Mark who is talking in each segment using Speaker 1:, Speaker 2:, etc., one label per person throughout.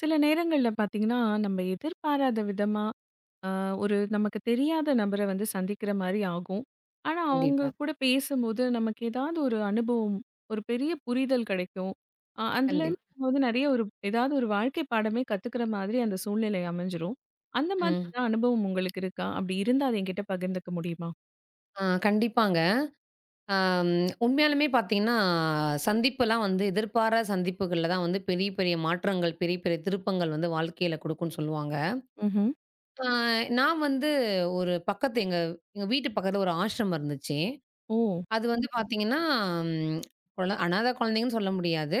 Speaker 1: சில நேரங்கள்ல பார்த்தீங்கன்னா, நம்ம எதிர்பாராத விதமா, அ ஒரு நமக்கு தெரியாத நபர வந்து சந்திக்கிற மாரி ஆகும். ஆனா, அவங்க
Speaker 2: கண்டிப்பா,
Speaker 1: கூட பேசும்போது நமக்கு ஏதாவது ஒரு அனுபவம், ஒரு பெரிய புரிதல் கிடைக்கும். அதுலேருந்து
Speaker 2: கண்டிப்பா.
Speaker 1: நம்ம வந்து நெறைய ஒரு ஏதாவது ஒரு வாழ்க்கை பாடமே கத்துக்கிற மாதிரி அந்த சூழ்நிலை அமைஞ்சிரும். அந்த மாதிரி
Speaker 2: ம்.
Speaker 1: ஏதாவது அனுபவம் உங்களுக்கு இருக்கா? அப்படி இருந்தா அத என்கிட்ட பகிர்ந்துக்க முடியுமா?
Speaker 2: கண்டிப்பாங்க. அம் உண்மையாலுமே பார்த்தீங்கன்னா, சந்திப்புலாம் வந்து எதிர்பாரா சந்திப்புகள்ல தான் வந்து பெரிய, பெரிய மாற்றங்கள், பெரிய, பெரிய திருப்பங்கள் வந்து வாழ்க்கையில குடுக்கும்ன்னு சொல்லுவாங்க.
Speaker 1: ம்ஹ்ம்.
Speaker 2: ஆ நான் வந்து ஒரு பக்கத்து எங்க எங்க வீட்டு பக்கத்துல ஒரு ஆசிரமம் இருந்துச்சு.
Speaker 1: ஓ!
Speaker 2: அது வந்து பார்த்தீங்கன்னா, ம் குழ அனாதை குழந்தைங்கன்னு சொல்ல முடியாது.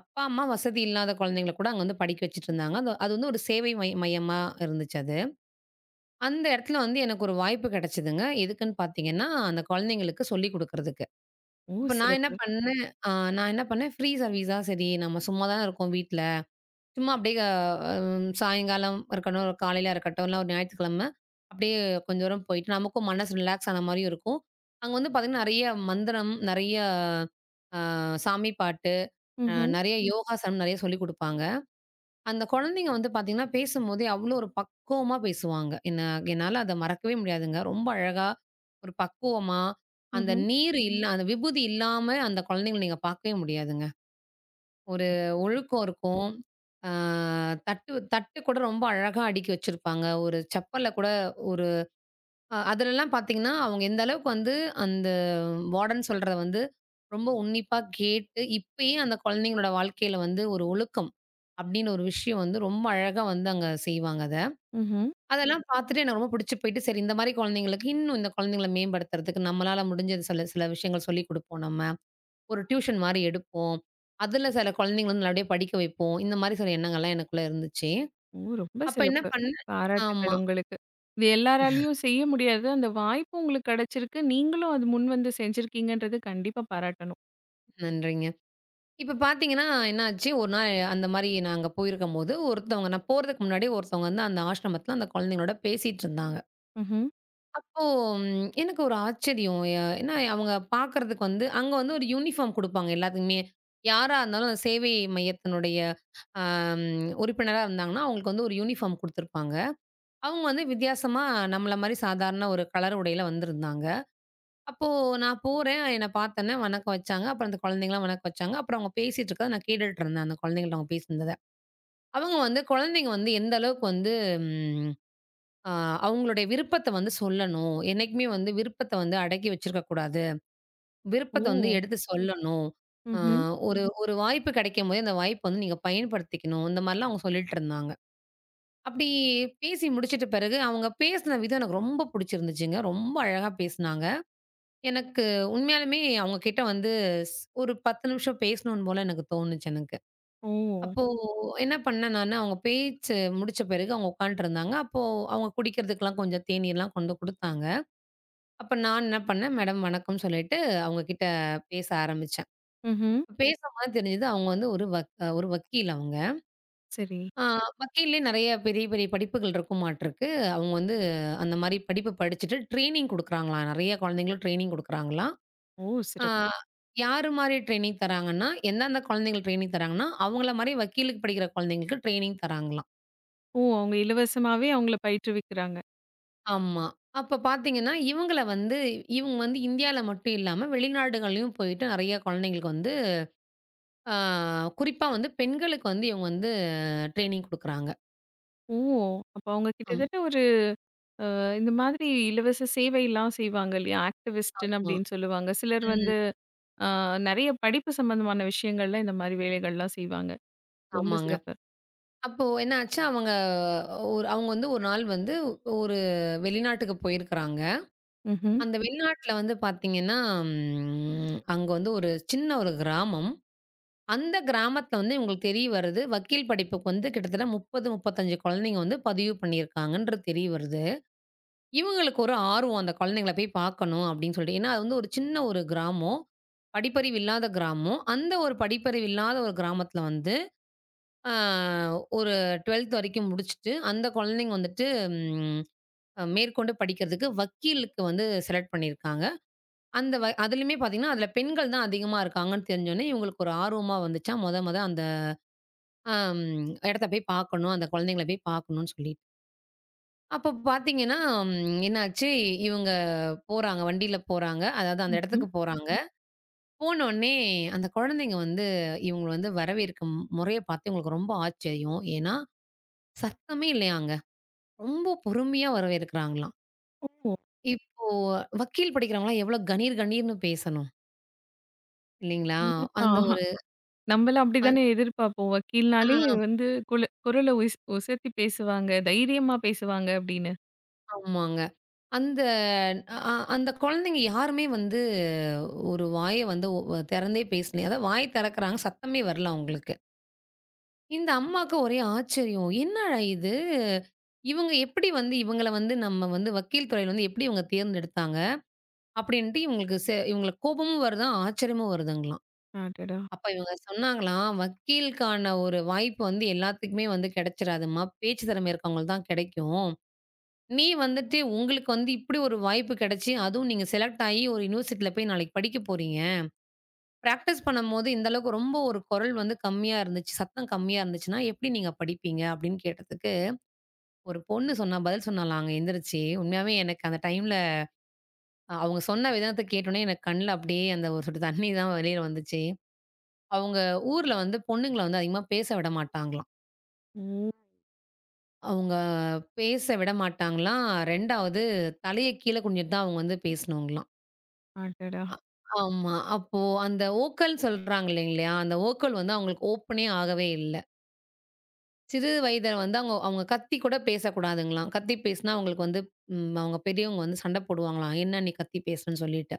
Speaker 2: அப்பா, அம்மா வசதி இல்லாத குழந்தைங்கள கூட அங்க வந்து படிக்க வச்சுட்டு இருந்தாங்க. அது அது வந்து ஒரு சேவை மையமா இருந்துச்சு அது. அந்த இடத்துல வந்து எனக்கு ஒரு வாய்ப்பு கிடைச்சதுங்க. எதுக்குன்னு பார்த்தீங்கன்னா, அந்த குழந்தைங்களுக்கு சொல்லிக் குடுக்குறதுக்கு.
Speaker 1: ஓ!
Speaker 2: அப்ப நான் என்ன
Speaker 1: சிறப்பு.
Speaker 2: பண்ணேன் அ நான் என்ன பண்ணேன், ஃப்ரீ சர்வீஸா, சரி நம்ம சும்மா தான இருக்கோம் வீட்ல. சும்மா அப்படியே சாயங்காலம் இருக்கட்டும், ஒரு காலையில இருக்கட்டும், இல்ல ஒரு ஞாயிற்றுக்கிழமை அப்படியே கொஞ்ச தூரம் போயிட்டு நமக்கும் மனசு ரிலாக்ஸ் ஆன மாரியும் இருக்கும். அங்க வந்து பார்த்தீங்கன்னா, நெறைய மந்திரம், நெறைய அ சாமி பாட்டு, அ
Speaker 1: ம்ஹ்ம்,
Speaker 2: நெறைய ம். யோகாசனம் நெறைய சொல்லிக் குடுப்பாங்க. அந்த குழந்தைங்க வந்து பார்த்தீங்கன்னா, பேசும்போதே அவ்வளோ ஒரு பக்குவமா பேசுவாங்க. என்னால அத மறக்கவே முடியாதுங்க. ரொம்ப அழகா, ஒரு பக்குவமா, அந்த
Speaker 1: ம்ஹ்ம்,
Speaker 2: நீர் இல்ல ம். அந்த விபூதி இல்லாம அந்த குழந்தைங்கள நீங்க பார்க்கவே முடியாதுங்க. ஒரு ஒழுக்கம் இருக்கும். ஆ தட்டு தட்டு கூட ரொம்ப அழகா அடுக்கி வச்சிருப்பாங்க. ஒரு செப்பல்ல கூட ஒரு அ அதுலலாம் பார்த்தீங்கன்னா, அவங்க எந்த அளவுக்கு வந்து அந்த வார்டன் சொல்றத வந்து ரொம்ப உன்னிப்பா கேட்டு, இப்பயே அந்த குழந்தைங்களோட வாழ்க்கையில வந்து ஒரு ஒழுக்கம் அப்படின்னு ஒரு விஷயம் வந்து ரொம்ப அழகா வந்து அங்க செய்வாங்க அத.
Speaker 1: ம்ஹ்ம்.
Speaker 2: அதெல்லாம் பார்த்துட்டு எனக்கு ரொம்ப பிடிச்சு போயிட்டு, சரி இந்த மாரி குழந்தைங்களுக்கு இன்னும் இந்த குழந்தைங்கள மேம்படுத்துறதுக்கு நம்மளால முடிஞ்சது சில சில விஷயங்கள் சொல்லிக் குடுப்போம் நம்ம. ஒரு டியூஷன் மாரி எடுப்போம். அதுல சில குழந்தைங்கள வந்து நல்லபடியா படிக்க வைப்போம். இந்த மாரி சில எண்ணங்கள்லாம் எனக்குள்ள இருந்துச்சு.
Speaker 1: ஓ! ரொம்ப
Speaker 2: அப்ப என்ன
Speaker 1: சிறப்பு.
Speaker 2: பண்ணேன்
Speaker 1: பாராட்டுக்கள்
Speaker 2: ஆமா.
Speaker 1: உங்களுக்கு. இது எல்லாராலயும் செய்ய முடியாது. அந்த வாய்ப்பு உங்களுக்கு கிடைச்சிருக்கு. நீங்களும் அது முன்வந்து செஞ்சிருக்கீங்கன்றது கண்டிப்பா பாராட்டணும்.
Speaker 2: நன்றிங்க. இப்ப பார்த்தீங்கன்னா, என்னாச்சு ஒரு நாள் அந்த மாரி நாங்க போயிருக்கும்போது, ஒருத்தவங்க நான் போறதுக்கு முன்னாடியே ஒருத்தவங்க வந்து அந்த ஆசிரமத்தில அந்த குழந்தைங்களோட பேசிட்டுருந்தாங்க.
Speaker 1: ம்ஹ்ம்.
Speaker 2: அப்போ எனக்கு ஒரு ஆச்சரியம். ஏன்னா அவங்க பார்க்கறதுக்கு வந்து அங்க வந்து ஒரு யூனிஃபார்ம் குடுப்பாங்க எல்லாத்துக்குமே. யாரா இருந்தாலும் அந்த சேவை மையத்தினுடைய அம் உறுப்பினரா இருந்தாங்கன்னா, அவங்களுக்கு வந்து ஒரு யூனிஃபார்ம் குடுத்துருப்பாங்க. அவங்க வந்து வித்தியாசமா நம்மள மாரி சாதாரண ஒரு கலர் உடையில வந்திருந்தாங்க. அப்போ நான் போறேன். என்ன பார்த்தோன்னே வணக்கம் வச்சாங்க. அப்புறம் அந்த குழந்தைங்கலாம் வணக்கம் வச்சாங்க. அப்புறம் அவங்க பேசிட்டு இருக்கத நான் கேட்டுட்டு இருந்தேன். அந்த குழந்தைங்கள்ட்ட அவங்க பேசினத. அவங்க வந்து குழந்தைங்க வந்து எந்த அளவுக்கு வந்து ம் அ அவங்களுடைய விருப்பத்த வந்து சொல்லணும். என்னைக்குமே வந்து விருப்பத்த வந்து அடக்கி வச்சிருக்க கூடாது. விருப்பத்த வந்து
Speaker 1: ஓ!
Speaker 2: எடுத்து சொல்லணும். அ
Speaker 1: ம்ஹ்ம்.
Speaker 2: ஒரு ஒரு வாய்ப்பு கிடைக்கும்போது அந்த வாய்ப்ப வந்து நீங்க பயன்படுத்திக்கணும். இந்த மாரிலாம் அவங்க சொல்லிட்டு இருந்தாங்க. அப்படி பேசி முடிச்சிட்ட பிறகு அவங்க பேசின விதம் எனக்கு ரொம்ப புடிச்சிருந்துச்சுங்க. ரொம்ப அழகா பேசினாங்க. எனக்கு உண்மையாலுமே அவங்க கிட்ட வந்து ஸ் ஒரு 10 நிமிஷம் பேசணும் போல எனக்கு தோணுச்சு எனக்கு.
Speaker 1: ஓ!
Speaker 2: அப்போ என்ன பண்ணேன் நானு, அவங்க பேச்சு முடிச்ச பிறகு அவங்க உட்காந்துட்டுருந்தாங்க. அப்போ அவங்க குடிக்கிறதுக்கெல்லாம் கொஞ்சம் தேநீர்லாம் கொண்டு குடுத்தாங்க. அப்ப நான் என்ன பண்ணேன், மேடம் வணக்கம் சொல்லிட்டு அவங்க கிட்ட பேச ஆரம்பிச்சேன்.
Speaker 1: ம்ஹ்ம்.
Speaker 2: பேசும்போது தெரிஞ்சது அவங்க வந்து ஒரு வக்கீல் அவங்க.
Speaker 1: சரி.
Speaker 2: ஆ வக்கீல்லேயே நெறைய பெரிய பெரிய படிப்புகள் இருக்குமாட்டுருக்கு. அவங்க வந்து அந்த மாரி படிப்பு படிச்சுட்டு ட்ரெய்னிங் குடுக்குறாங்களாம். நெறைய குழந்தைங்களுக்கு ட்ரெய்னிங் குடுக்குறாங்களாம்.
Speaker 1: ஓ!
Speaker 2: ஆ
Speaker 1: சிறப்பு.
Speaker 2: யாரு மாரி ட்ரெய்னிங் தராங்கன்னா, எந்தெந்த குழந்தைகள் ட்ரெய்னிங் தராங்கன்னா, அவங்கள மாரி வக்கீலுக்கு படிக்கிற குழந்தைங்களுக்கு ட்ரெய்னிங் தராங்களாம்.
Speaker 1: ஓ! அவங்க இலவசமாவே அவங்கள பயிற்றுவிக்கிறாங்க.
Speaker 2: ஆமா. அப்ப பார்த்தீங்கன்னா, இவங்க வந்து இந்தியால மட்டும் இல்லாம வெளிநாடுகள்லயும் போயிட்டு நெறைய குழந்தைங்களுக்கு வந்து ஆ குறிப்பா வந்து பெண்களுக்கு வந்து இவங்க வந்து ட்ரெய்னிங் குடுக்குறாங்க.
Speaker 1: ஓ! அப்ப அவங்க
Speaker 2: அம்
Speaker 1: கிட்டத்தட்ட ஒரு இந்த மாதிரி இலவச சேவைலாம் செய்வாங்க இல்லையா? ஆக்டிவிஸ்ட்ன்னு
Speaker 2: ஆமா.
Speaker 1: அப்படின்னு சொல்லுவாங்க. சிலர்
Speaker 2: ம்.
Speaker 1: வந்து அ நெறைய படிப்பு சம்பந்தமான விஷயங்கள்ல இந்த மாரி வேலைகள்லாம் செய்வாங்க. ரொம்ப
Speaker 2: ஆமாங்க.
Speaker 1: சிறப்பு.
Speaker 2: அப்போ என்ன ஆச்சு அவங்க அவங்க வந்து ஒரு நாள் வந்து ஒரு வெளிநாட்டுக்கு போயிருக்கிறாங்க.
Speaker 1: ம்ஹ்ம்.
Speaker 2: அந்த வெளிநாட்ல வந்து பார்த்தீங்கன்னா, அங்க வந்து ஒரு சின்ன ஒரு கிராமம். அந்த கிராமத்துல வந்து இவங்களுக்கு தெரிய வருது, வக்கீல் படிப்புக்கு வந்து கிட்டத்தட்ட 30, 35 குழந்தைங்க வந்து பதிவு பண்ணியிருக்காங்கன்றது தெரிய வருது. இவங்களுக்கு ஒரு ஆர்வம் அந்த குழந்தைங்கள போய் பார்க்கணும் அப்படின்னு சொல்லிட்டு. ஏன்னா, அது வந்து ஒரு சின்ன ஒரு கிராமம். படிப்பறிவு இல்லாத கிராமம். அந்த ஒரு படிப்பறிவு இல்லாத ஒரு கிராமத்துல வந்து, ஆ ஒரு 12த் வரைக்கும் முடிச்சுட்டு, அந்த குழந்தைங்க வந்துட்டு ம் மேற்கொண்டு படிக்கிறதுக்கு வக்கீலுக்கு வந்து செலக்ட் பண்ணியிருக்காங்க. அந்த வ அதிலயுமே பார்த்தீங்கன்னா, அதில பெண்கள் தான் அதிகமா இருக்காங்கன்னு தெரிஞ்சோனே, இவங்களுக்கு ஒரு ஆர்வமா வந்துச்சா, மொத மொத அந்த அம் இடத்த போய் பார்க்கணும். அந்த குழந்தைங்கள போய் பார்க்கணும்னு சொல்லிட்டு. அப்போ பார்த்தீங்கன்னா, என்னாச்சு, இவங்க போறாங்க. வண்டியில போறாங்க. அதாவது அந்த
Speaker 1: ம்ஹ்ம்.
Speaker 2: இடத்துக்கு போறாங்க. போனோனே அந்த குழந்தைங்க வந்து இவங்கள வந்து வரவேற்கும் முறைய பார்த்து இவங்களுக்கு ரொம்ப ஆச்சரியம். ஏன்னா, சத்தமே இல்லையாங்க. ரொம்ப பொறுமையா வரவேற்கிறாங்களாம்.
Speaker 1: ஓ!
Speaker 2: இப்போ வக்கீல் படிக்கிறவங்கலாம் எவ்வளோ கணீர் கணீர்னு பேசணும். இல்லைங்களா?
Speaker 1: கண்டிப்பா.
Speaker 2: அந்த ஒரு
Speaker 1: நம்மலாம்
Speaker 2: அ
Speaker 1: அப்படித்தானே எதிர்பார்ப்போம். வக்கீல்னாலே
Speaker 2: ஆ
Speaker 1: வந்து குல குரல உசத்தி பேசுவாங்க, தைரியமா பேசுவாங்க அப்படின்னு.
Speaker 2: ஆமாங்க. அந்த அ அ அந்த குழந்தைங்க யாருமே வந்து ஒரு வாய வந்து ஒ திறந்தே பேசலயே. அதாவது வாய் திறக்குறாங்க, சத்தமே வரல அவங்களுக்கு. இந்த அம்மாவுக்கு ஒரே ஆச்சரியம். என்னடா இது? இவங்க எப்படி வந்து இவங்கள வந்து நம்ம வந்து வக்கீல் துறையில வந்து எப்படி இவங்க தேர்ந்தெடுத்தாங்க? அப்படின்ட்டு இவங்களுக்கு கோபமும் வருதாம், ஆச்சரியமும் வருதுங்களாம்.
Speaker 1: அடடா!
Speaker 2: அப்ப இவங்க சொன்னாங்களாம், வக்கீலுக்கான ஒரு வாய்ப்பு வந்து எல்லாத்துக்குமே வந்து கிடைச்சிராதும்மா. பேச்சு திறமை இருக்கவங்களுக்கு தான் கிடைக்கும். நீ வந்துட்டு உங்களுக்கு வந்து இப்படி ஒரு வாய்ப்பு கிடைச்சு, அதுவும் நீங்க செலக்ட் ஆயி ஒரு யுனிவர்சிட்டில போய் நாளைக்கு படிக்க போறீங்க. பிராக்டிஸ் பண்ணும்போது இந்த அளவுக்கு ரொம்ப ஒரு குரல் வந்து கம்மியா இருந்துச்சு, சத்தம் கம்மியா இருந்துச்சுன்னா, எப்படி நீங்க படிப்பீங்க? அப்படின்னு கேட்டதுக்கு, ஒரு பொண்ணு சொன்னா பதில் சொன்னாளாங்க எந்திரிச்சு. உண்மையாவே எனக்கு அந்த டைம்ல அவங்க சொன்ன விதத்த கேட்டோனே எனக்கு கண்ல அப்படியே அந்த ஒரு சொட்டு தண்ணி தான் வெளியில வந்துச்சு. அவங்க ஊர்ல வந்து பொண்ணுங்கள வந்து அதிகமா பேச விட மாட்டாங்களாம்.
Speaker 1: ஓ!
Speaker 2: அவங்க பேச விட மாட்டாங்களாம். 2வது தலைய கீழ குனிஞ்சிட்டு தான் அவங்க வந்து பேசணுங்களாம்.
Speaker 1: அடடா!
Speaker 2: அ ஆமா. அப்போ அந்த ஓக்கல்ன்னு சொல்றாங்க இல்லைங்களா? அந்த ஓக்கள் வந்து அவங்களுக்கு ஓப்பனே ஆகவே இல்ல. சிறு வயதில வந்து அவங்க அவங்க கத்தி கூட பேசக்கூடாதுங்களாம். கத்தி பேசினா அவங்களுக்கு வந்து அவங்க பெரியவங்க வந்து சண்டை போடுவாங்களாம். "என்ன நீ கத்தி பேசுறன்னு சொல்லிட்டு."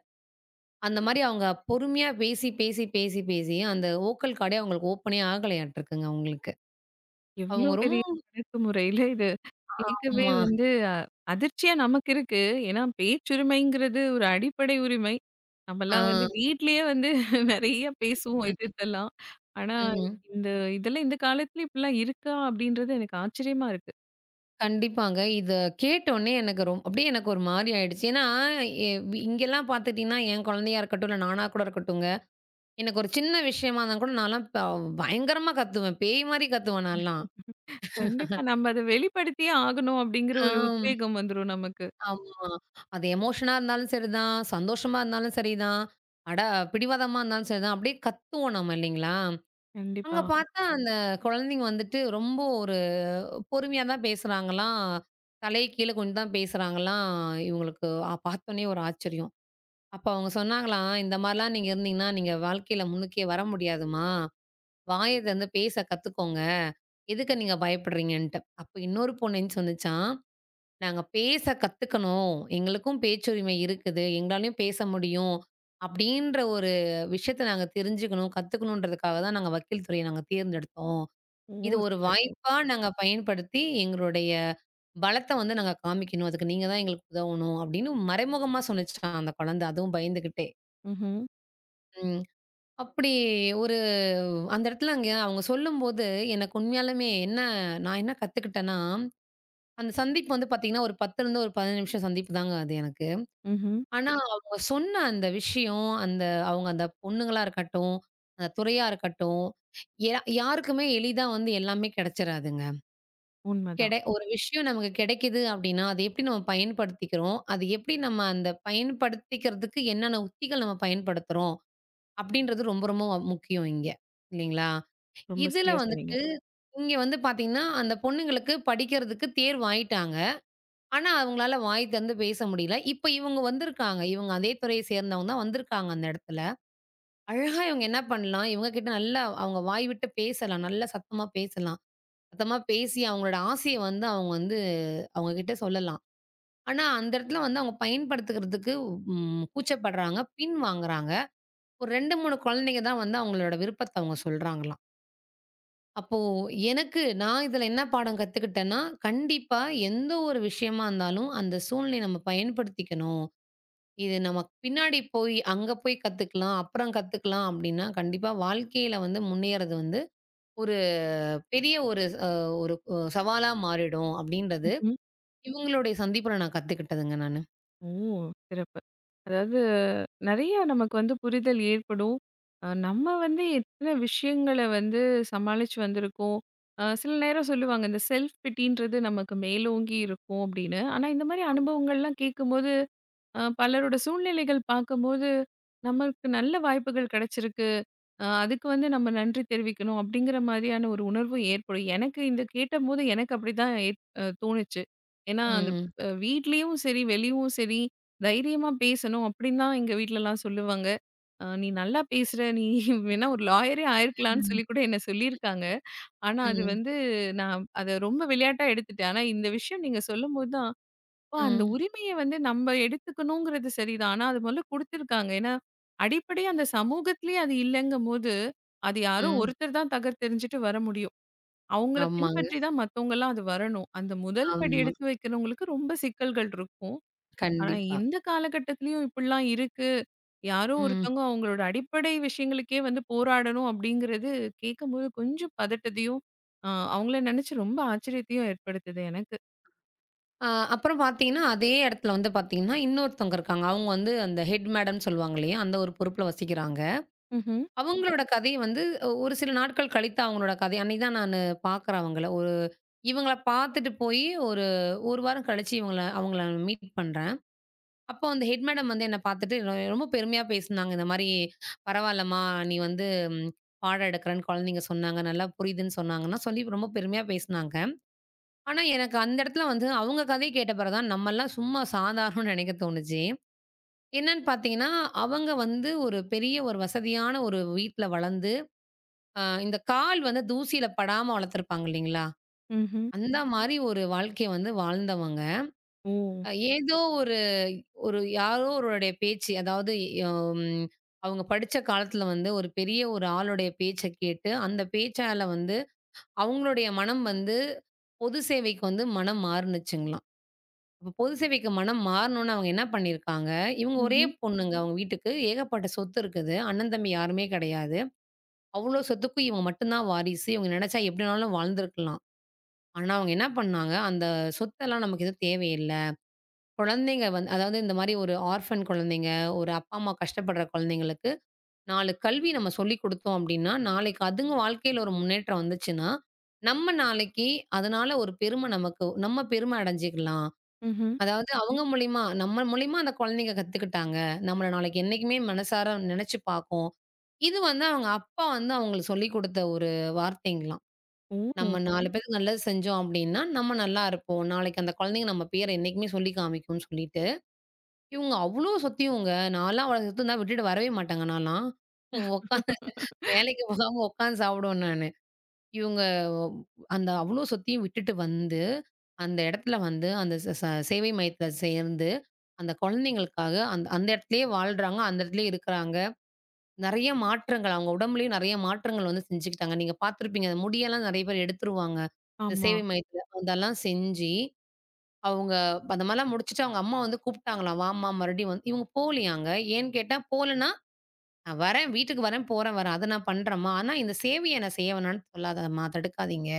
Speaker 2: அந்த மாரி அவங்க பொறுமையா பேசி, பேசி, பேசி, பேசி அந்த ஓக்கல் கார்டே அவங்களுக்கு ஓப்பனே ஆகலையாட்டுருக்குங்க அவங்களுக்கு.
Speaker 1: எவ்ளோ
Speaker 2: அவங்க
Speaker 1: பெரிய
Speaker 2: ரொம்ப
Speaker 1: அடக்குமுறையில இது கேட்கவே
Speaker 2: ஆமா.
Speaker 1: வந்து அ அதிர்ச்சியா நமக்கு இருக்கு. ஏன்னா பேச்சுரிமைங்கிறது ஒரு அடிப்படை உரிமை.
Speaker 2: ஆ.
Speaker 1: நம்மலாம் வந்து வீட்லயே வந்து நெறைய பேசுவோம் எதிர்த்தலாம். ஆனா
Speaker 2: ம்.
Speaker 1: இந்த இதெல்லாம் இந்த காலத்துல இப்படிலாம் இருக்கா? அப்படின்றது எனக்கு ஆச்சரியமா இருக்கு.
Speaker 2: கண்டிப்பாங்க. இத கேட்டோனே எனக்கு அப்படியே எனக்கு ஒரு மாரி ஆயிடுச்சு. ஏன்னா இங்கெல்லாம் பார்த்துட்டீங்கன்னா, என் குழந்தையா இருக்கட்டும், இல்ல நானா கூட இருக்கட்டுங்க எனக்கு ஒரு சின்ன விஷயமா இருந்தா கூட நான்லாம் பயங்கரமா கத்துவேன். பேய் மாரி கத்துவேன் நான்லாம்.
Speaker 1: கண்டிப்பா. நம்ம அத வெளிப்படுத்தியே ஆகணும் அப்படிங்கிற ஒரு
Speaker 2: ஆம்.
Speaker 1: உத்வேகம் வந்துரும் நமக்கு.
Speaker 2: ஆமா. அது எமோஷனா இருந்தாலும் சரிதான், சந்தோஷமா இருந்தாலும் சரிதான், அட பிடிவாதமா இருந்தாலும் சரிதான், அப்படியே கத்துவோம் நம்ம இல்லைங்களா?
Speaker 1: கண்டிப்பா.
Speaker 2: அங்க பார்த்தா அந்த குழந்தைங்க வந்துட்டு ரொம்ப ஒரு பொறுமையா தான் பேசுறாங்களாம். தலைய கீழ குனிந்து தான் பேசுறாங்களாம். இவங்களுக்கு பார்த்தோனே ஒரு ஆச்சரியம். அப்ப அவங்க சொன்னாங்களாம், "இந்த மாரிலாம் நீங்க இருந்தீங்கன்னா, நீங்க வாழ்க்கையில முன்னுக்கே வர முடியாதும்மா." வாய திறந்து பேச கத்துக்கோங்க. எதுக்கு நீங்க பயப்படுறீங்கன்ட்டு. அப்ப இன்னொரு பொண்ணு எந்திச்சு வந்துச்சாம். நாங்க பேச கத்துக்கணும். எங்களுக்கும் பேச்சுரிமை இருக்குது. எங்களாலயும் பேச முடியும். அப்படின்ற ஒரு விஷயத்த நாங்க தெரிஞ்சுக்கணும், கத்துக்கணுன்றதுக்காக தான் நாங்க வக்கீல் துறைய நாங்க தேர்ந்தெடுத்தோம்.
Speaker 1: ஓ!
Speaker 2: இது ஒரு
Speaker 1: சிறப்பு.
Speaker 2: வாய்ப்பா நாங்க பயன்படுத்தி எங்களுடைய பலத்த வந்து நாங்க காமிக்கணும். அதுக்கு நீங்க தான் எங்களுக்கு உதவணும் அப்படின்னு மறைமுகமா சொன்னுச்சாம் அந்த குழந்தை. அதுவும் பயந்துகிட்டே.
Speaker 1: ம்ஹ்ம்.
Speaker 2: ம். அப்படி அந்த இடத்துல அங்க அவங்க சொல்லும்போது, எனக்கு உண்மையாலுமே என்ன நான் என்ன கத்துக்கிட்டேன்னா, அந்த சந்திப்பு வந்து பார்த்தீங்கன்னா, ஒரு 10லேருந்து ஒரு 15 நிமிஷம் சந்திப்பு தாங்க அது எனக்கு.
Speaker 1: ம்ஹ்ம்.
Speaker 2: ஆனா, அவங்க சொன்ன அந்த விஷயம், அந்த அவங்க அந்த பொண்ணுங்களா இருக்கட்டும், அந்த துறையா இருக்கட்டும், யாருக்குமே எளிதா வந்து எல்லாமே கிடைச்சிராதுங்க.
Speaker 1: உண்மதான்.
Speaker 2: ஒரு விஷயம் நமக்கு கிடைக்குது அப்படின்னா, அதை எப்படி நம்ம பயன்படுத்திக்கிறோம்? அது எப்படி நம்ம அந்த பயன்படுத்திக்கிறதுக்கு என்னென்ன உத்திகள் நம்ம பயன்படுத்துறோம்? அப்படின்றது ரொம்ப ரொம்ப முக்கியம் இங்க. இல்லைங்களா?
Speaker 1: ரொம்ப
Speaker 2: இதுல
Speaker 1: சரியா சொன்னீங்க.
Speaker 2: வந்துட்டு, இங்க வந்து பாத்தீங்கன்னா, அந்த பொண்ணுங்களுக்கு படிக்கிறதுக்கு தேர்வு ஆயிட்டாங்க. ஆனா, அவங்களால வாய் திறந்து பேச முடியல. இப்ப இவங்க வந்திருக்காங்க. இவங்க அதே துறையை சேர்ந்தவங்க தான் வந்திருக்காங்க அந்த இடத்துல. அழகா இவங்க என்ன பண்ணலாம், இவங்க கிட்ட நல்லா அவங்க வாய் விட்டு பேசலாம். நல்லா சத்தமா பேசலாம். சத்தமா பேசி அவங்களோட ஆசைய வந்து அவங்க வந்து அவங்க கிட்ட சொல்லலாம். ஆனா, அந்த இடத்துல வந்து அவங்க பயன்படுத்துக்கிறதுக்கு கூச்சப்படுறாங்க, பின் வாங்குறாங்க. ஒரு 2, 3 குழந்தைங்க தான் வந்து அவங்களோட விருப்பத்த அவங்க சொல்றாங்களாம். அப்போ எனக்கு நான் இதில என்ன பாடம் கத்துக்கிட்டேன்னா, கண்டிப்பா எந்த ஒரு விஷயமா இருந்தாலும், அந்த சூழ்நிலைய நம்ம பயன்படுத்திக்கணும். இது நமக்கு பின்னாடி போய் அங்க போய் கத்துக்கலாம், அப்புறம் கத்துக்கலாம் அப்டின்னா, கண்டிப்பா வாழ்க்கையில வந்து முன்னேறது வந்து ஒரு பெரிய ஒரு அ ஒரு சவாலா மாறிடும் அப்டின்றது,
Speaker 1: ம்ஹ்ம்.
Speaker 2: இவங்களுடைய சந்திப்புல நான் கத்துக்கிட்டதுங்க நானு.
Speaker 1: ஓ! சிறப்பு. அதாவது நெறைய நமக்கு வந்து புரிதல் ஏற்படும். நம்ம வந்து எத்தன விஷயங்கள வந்து சமாளிச்சு வந்திருக்கோம். சில நேரம் சொல்லுவாங்க, இந்த செல்ஃப் பிட்டின்றது நமக்கு மேலோங்கி இருக்கும் அப்படின்னு. ஆனா இந்த மாரி அனுபவங்கள்லாம் கேட்கும்போது, பலரோட சூழ்நிலைகள் பார்க்கும்போது, நமக்கு நல்ல வாய்ப்புகள் கிடைச்சிருக்கு. அதுக்கு வந்து நம்ம நன்றி தெரிவிக்கணும் அப்படிங்கிற மாதிரியான ஒரு உணர்வு ஏற்படும். எனக்கு இந்த கேட்டபோது எனக்கு அப்படிதான் ஏற் அ தோணுச்சு. ஏன்னா, அந்த
Speaker 2: ம்.
Speaker 1: வீட்லயும் சரி, வெளியவும் சரி தைரியமா பேசணும் அப்படின்னு தான் எங்க வீட்லலாம் சொல்லுவாங்க. "நீ நல்லா பேசுற, நீ வேணா ஒரு லாயரே ஆயிருக்கலாம்ன்னு"
Speaker 2: ம்.
Speaker 1: சொல்லி கூட என்ன சொல்லியிருக்காங்க. ஆனா, அது
Speaker 2: ம்.
Speaker 1: வந்து நான் அத ரொம்ப விளையாட்டா எடுத்துட்டேன். ஆனா, இந்த விஷயம் நீங்க சொல்லும்போது தான் ஓ! அந்த
Speaker 2: ம்.
Speaker 1: உரிமைய வந்து நம்ம எடுத்துக்கணுங்கிறது சரிதான். ஆனா, அது முதல்ல குடுத்துருக்காங்க. ஏன்னா, அடிப்படையா அந்த சமூகத்திலேயே அது இல்லங்கும்போது, அது யாரோ
Speaker 2: ம்.
Speaker 1: ஒருத்தர் தான் தகர்த்தெறிஞ்சுட்டு வர முடியும். அவங்கள
Speaker 2: ஆமாங்க.
Speaker 1: பின்பற்றி தான் மத்தவங்கலாம் அது வரணும். அந்த முதல் படி
Speaker 2: ஆமா.
Speaker 1: எடுத்து வைக்கிறவங்களுக்கு ரொம்ப சிக்கல்கள் இருக்கும். ஆனா,
Speaker 2: கண்டிப்பா.
Speaker 1: இந்த காலகட்டத்திலயும் இப்படிலாம் இருக்கு. யாரோ
Speaker 2: ம்.
Speaker 1: ஒருத்தவங்க அவங்களோட அடிப்படை விஷயங்களுக்கே வந்து போராடணும் அப்படிங்கிறது கேட்கும்போது கொஞ்சம் பதட்டத்தையும், அ அவங்கள நினைச்சு ரொம்ப ஆச்சரியத்தையும் ஏற்படுத்துது எனக்கு.
Speaker 2: அப்புறம் பார்த்தீங்கன்னா, அதே இடத்துல வந்து பார்த்தீங்கன்னா, இன்னொருத்தவங்க இருக்காங்க. அவங்க வந்து அந்த ஹெட் மேடம்ன்னு சொல்லுவாங்க இல்லையா? அந்த ஒரு பொறுப்புல வசிக்கிறாங்க.
Speaker 1: ம்ஹ்ம்.
Speaker 2: அவங்களோட கதைய வந்து ஒ- ஒரு சில நாட்கள் கழித்து அவங்களோட கதை அன்னைக்கு தான் நானு பார்க்குறேன் அவங்கள. இவங்கள பார்த்துட்டு போயி ஒரு 1 வாரம் கழிச்சு அவங்கள மீட் பண்றேன். அப்போ அந்த ஹெட் மேடம் வந்து என்ன பார்த்துட்டு ரொம்ப பெருமையா பேசுனாங்க. இந்த மாரி "பரவால்லம்மா, நீ வந்து ம், பாடம் எடுக்கிறேன்னு குழந்தைங்க சொன்னாங்க. நல்லா புரியுதுன்னு சொன்னாங்கன்னா" சொல்லி ரொம்ப பெருமையா பேசுனாங்க. ஆனா, எனக்கு அந்த இடத்துல வந்து அவங்க கதை கேட்ட பிறகு தான் நம்மலாம் சும்மா சாதாரணம்னு நெனைக்க தோணுச்சு. என்னன்னு பார்த்தீங்கன்னா, அவங்க வந்து ஒரு பெரிய ஒரு வசதியான ஒரு வீட்ல வளர்ந்து, இந்த கால் வந்து தூசியில படாம வளர்த்துருப்பாங்க இல்லைங்களா?
Speaker 1: ம்ஹ்ம்.
Speaker 2: அந்த மாரி ஒரு வாழ்க்கைய வந்து வாழ்ந்தவங்க.
Speaker 1: ஓ!
Speaker 2: அ ஏதோ ஒரு ஒரு யாரோ ஒருவருடைய பேச்சு, அதாவது ம் அவங்க படிச்ச காலத்துல வந்து ஒரு பெரிய ஒரு ஆளுடைய பேச்ச கேட்டு, அந்த பேச்சால வந்து அவங்களுடைய மனம் வந்து பொது சேவைக்கு வந்து மனம் மாறுனுச்சுங்களாம். அப்ப பொது சேவைக்கு மனம் மாறணும்னு அவங்க என்ன பண்ணியிருக்காங்க, இவங்க ஒரே
Speaker 1: ம்ஹ்ம்.
Speaker 2: பொண்ணுங்க அவங்க வீட்டுக்கு. ஏகப்பட்ட சொத்து இருக்குது. அண்ணன், தம்பி யாருமே கிடையாது. அவ்ளோ சொத்துக்கும் இவங்க மட்டும் தான் வாரிசு. இவங்க நினைச்சா எப்படி வேணாலும் வாழ்ந்திருக்கலாம். ஆனா அவங்க என்ன பண்ணாங்க, அந்த சொத்தெல்லாம் நமக்கு எதுவும் தேவையில்ல. குழந்தைங்க வந்து அதாவது இந்த மாரி ஒரு ஆர்ஃபன் குழந்தைங்க, ஒரு அப்பா, அம்மா கஷ்டப்படுற குழந்தைங்களுக்கு 4 கல்வி நம்ம சொல்லிக் குடுத்தோம் அப்படின்னா, நாளைக்கு அதுங்க வாழ்க்கையில ஒரு முன்னேற்றம் வந்துச்சுன்னா, நம்ம நாளைக்கு அதனால ஒரு பெருமை நமக்கு நம்ம பெருமை அடைஞ்சுக்கலாம்.
Speaker 1: ம்ஹ்ம்.
Speaker 2: அதாவது அவங்க மூலியமா, நம்ம மூலியமா அந்த குழந்தைங்க கத்துக்கிட்டாங்க. நம்மள நாளைக்கு என்னைக்குமே மனசார நினைச்சு பார்க்கும். இது வந்து அவங்க அப்பா வந்து அவங்களுக்கு சொல்லிக் குடுத்த ஒரு வார்த்தைங்களாம்.
Speaker 1: ஓ!
Speaker 2: நம்ம 4 பேருக்கு நல்லது செஞ்சோம் அப்டின்னா, நம்ம நல்லா இருப்போம். நாளைக்கு அந்த குழந்தைங்க நம்ம பேர என்னைக்குமே சொல்லி காமிக்கும்னு சொல்லிட்டு, இவங்க அவ்ளோ சொத்தியிவங்க. நான்லாம் அவள சொத்தியிருந்தா விட்டுட்டு வரவே மாட்டாங்க நான்லாம். உட்காந்து வேலைக்கு போகாம உட்காந்து சாப்பிடுவேன் நானு. இவங்க அந்த அவ்ளோ சொத்தையும் விட்டுட்டு வந்து அந்த இடத்துல வந்து அந்த ச ச சேவை மையத்துல சேர்ந்து, அந்த குழந்தைங்களுக்காக அந்த அந்த இடத்துலயே வாழ்றாங்க. அந்த இடத்துலயே இருக்கிறாங்க. நெறைய மாற்றங்கள் அவங்க உடம்புலயும் நெறைய மாற்றங்கள் வந்து செஞ்சுக்கிட்டாங்க. நீங்க பார்த்துருப்பீங்க. அந்த முடியெல்லாம் நெறைய பேர் எடுத்துருவாங்க. இந்த
Speaker 1: ஆமா.
Speaker 2: சேவை மையத்துல. அதெல்லாம் செஞ்சு அவங்க அந்த மாரிலாம் முடிச்சுட்டு அவங்க அம்மா வந்து கூப்பிட்டாங்களாம். வாம்மா மறுபடியும் வந்து இவங்க போகலையாங்க. ஏன்னு கேட்டா போகலன்னா, "நான் வரேன். வீட்டுக்கு வரேன். போறேன் வரேன். அத நான் பண்றேன்ம்மா. ஆனா இந்த சேவைய நான் செய்ய வேணாம்னு சொல்லாதம்மா. தடுக்காதீங்க."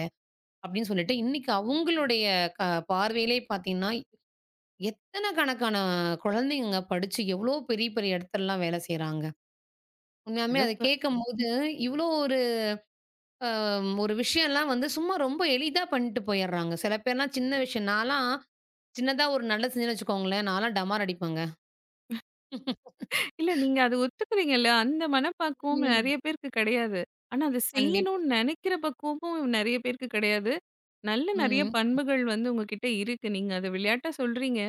Speaker 2: அப்படின்னு சொல்லிட்டு, இன்னைக்கு அவங்களுடைய க பார்வையிலே பார்த்தீங்கன்னா எத்தன கணக்கான குழந்தைங்கங்க படிச்சு எவ்வளோ பெரிய பெரிய இடத்துலலாம் வேலை செய்றாங்க. உண்மையாலுமே அத
Speaker 1: சிறப்பு.
Speaker 2: கேட்கும்போது, இவ்வளோ ஒரு ஒரு விஷயம்லாம் வந்து சும்மா ரொம்ப எளிதா பண்ணிட்டு போயிடுறாங்க. சில பேர்லாம் சின்ன விஷயம் நான்லாம் சின்னதா ஒரு நல்லது செஞ்சேன்னு வச்சுக்கோங்களேன், நான்லாம் டமார் அடிப்பேங்க.
Speaker 1: இல்ல நீங்க அத ஒத்துக்கிறீங்கல்ல. அந்த மனப்பாக்குவம்
Speaker 2: ம்.
Speaker 1: நெறைய பேருக்கு கிடையாது. ஆனா அத
Speaker 2: கண்டிப்பா.
Speaker 1: செய்யணும்னு நெனைக்கிற பக்குவமும் நெறைய பேருக்கு கிடையாது. நல்ல நெறைய
Speaker 2: ம்.
Speaker 1: பண்புகள் வந்து உங்ககிட்ட இருக்கு. நீங்க அத விளையாட்டா சொல்றீங்க.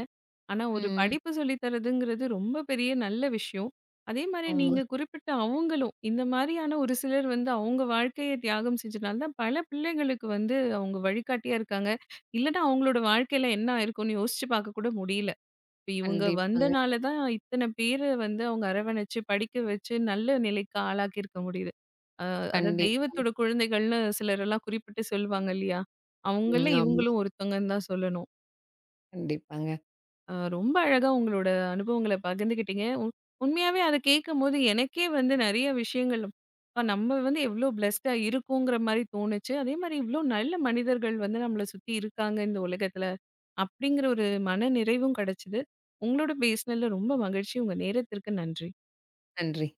Speaker 1: ஆனா ஒரு
Speaker 2: ம்.
Speaker 1: படிப்பு சொல்லி தரதுங்கிறது ரொம்ப பெரிய நல்ல விஷயம். அதே மாரி
Speaker 2: ஆமா.
Speaker 1: நீங்க குறிப்பிட்ட அவங்களும் இந்த மாரியான ஒரு சிலர் வந்து அவங்க வாழ்க்கைய தியாகம் செஞ்சனால தான் பல பிள்ளைங்களுக்கு வந்து அவங்க வழிகாட்டியா இருக்காங்க. இல்லன்னா அவங்களோட வாழ்க்கையில என்ன ஆயிருக்கும்னு யோசிச்சு பார்க்க கூட முடியல. இப்ப இவங்க
Speaker 2: கண்டிப்பாங்க.
Speaker 1: வந்தனால தான் இத்தன பேர வந்து அவங்க அரவணைச்சு, படிக்க வச்சு நல்ல நிலைக்கு ஆளாக்கியிருக்க முடியுது. அ அதாவது
Speaker 2: கண்டிப்பா.
Speaker 1: தெய்வத்தோட குழந்தைகள்னு சிலரெல்லாம் குறிப்பிட்டு சொல்லுவாங்க இல்லையா?
Speaker 2: ம்.
Speaker 1: அவங்கள்ல
Speaker 2: ஆமா.
Speaker 1: இவங்களும் ஒருத்தவங்கன்னு தான் சொல்லணும்.
Speaker 2: கண்டிப்பாங்க.
Speaker 1: ரொம்ப அழகா உங்களோட அனுபவங்கள பகிர்ந்துக்கிட்டீங்க. உண்மையாவே அத கேட்கும்போது எனக்கே வந்து நெறைய விஷயங்கள், அப்பா நம்ம வந்து எவ்ளோ பிளெஸ்ட்டா இருக்கோங்கிற மாரி தோணுச்சு. அதே மாரி இவ்ளோ நல்ல மனிதர்கள் வந்து நம்மள சுத்தி இருக்காங்க இந்த உலகத்துல. அப்படிங்கிற ஒரு மன நிறைவும் கிடைச்சது. உங்களோட பேசினதுல ரொம்ப மகிழ்ச்சி. உங்க நேரத்திற்கு நன்றி.
Speaker 2: நன்றி.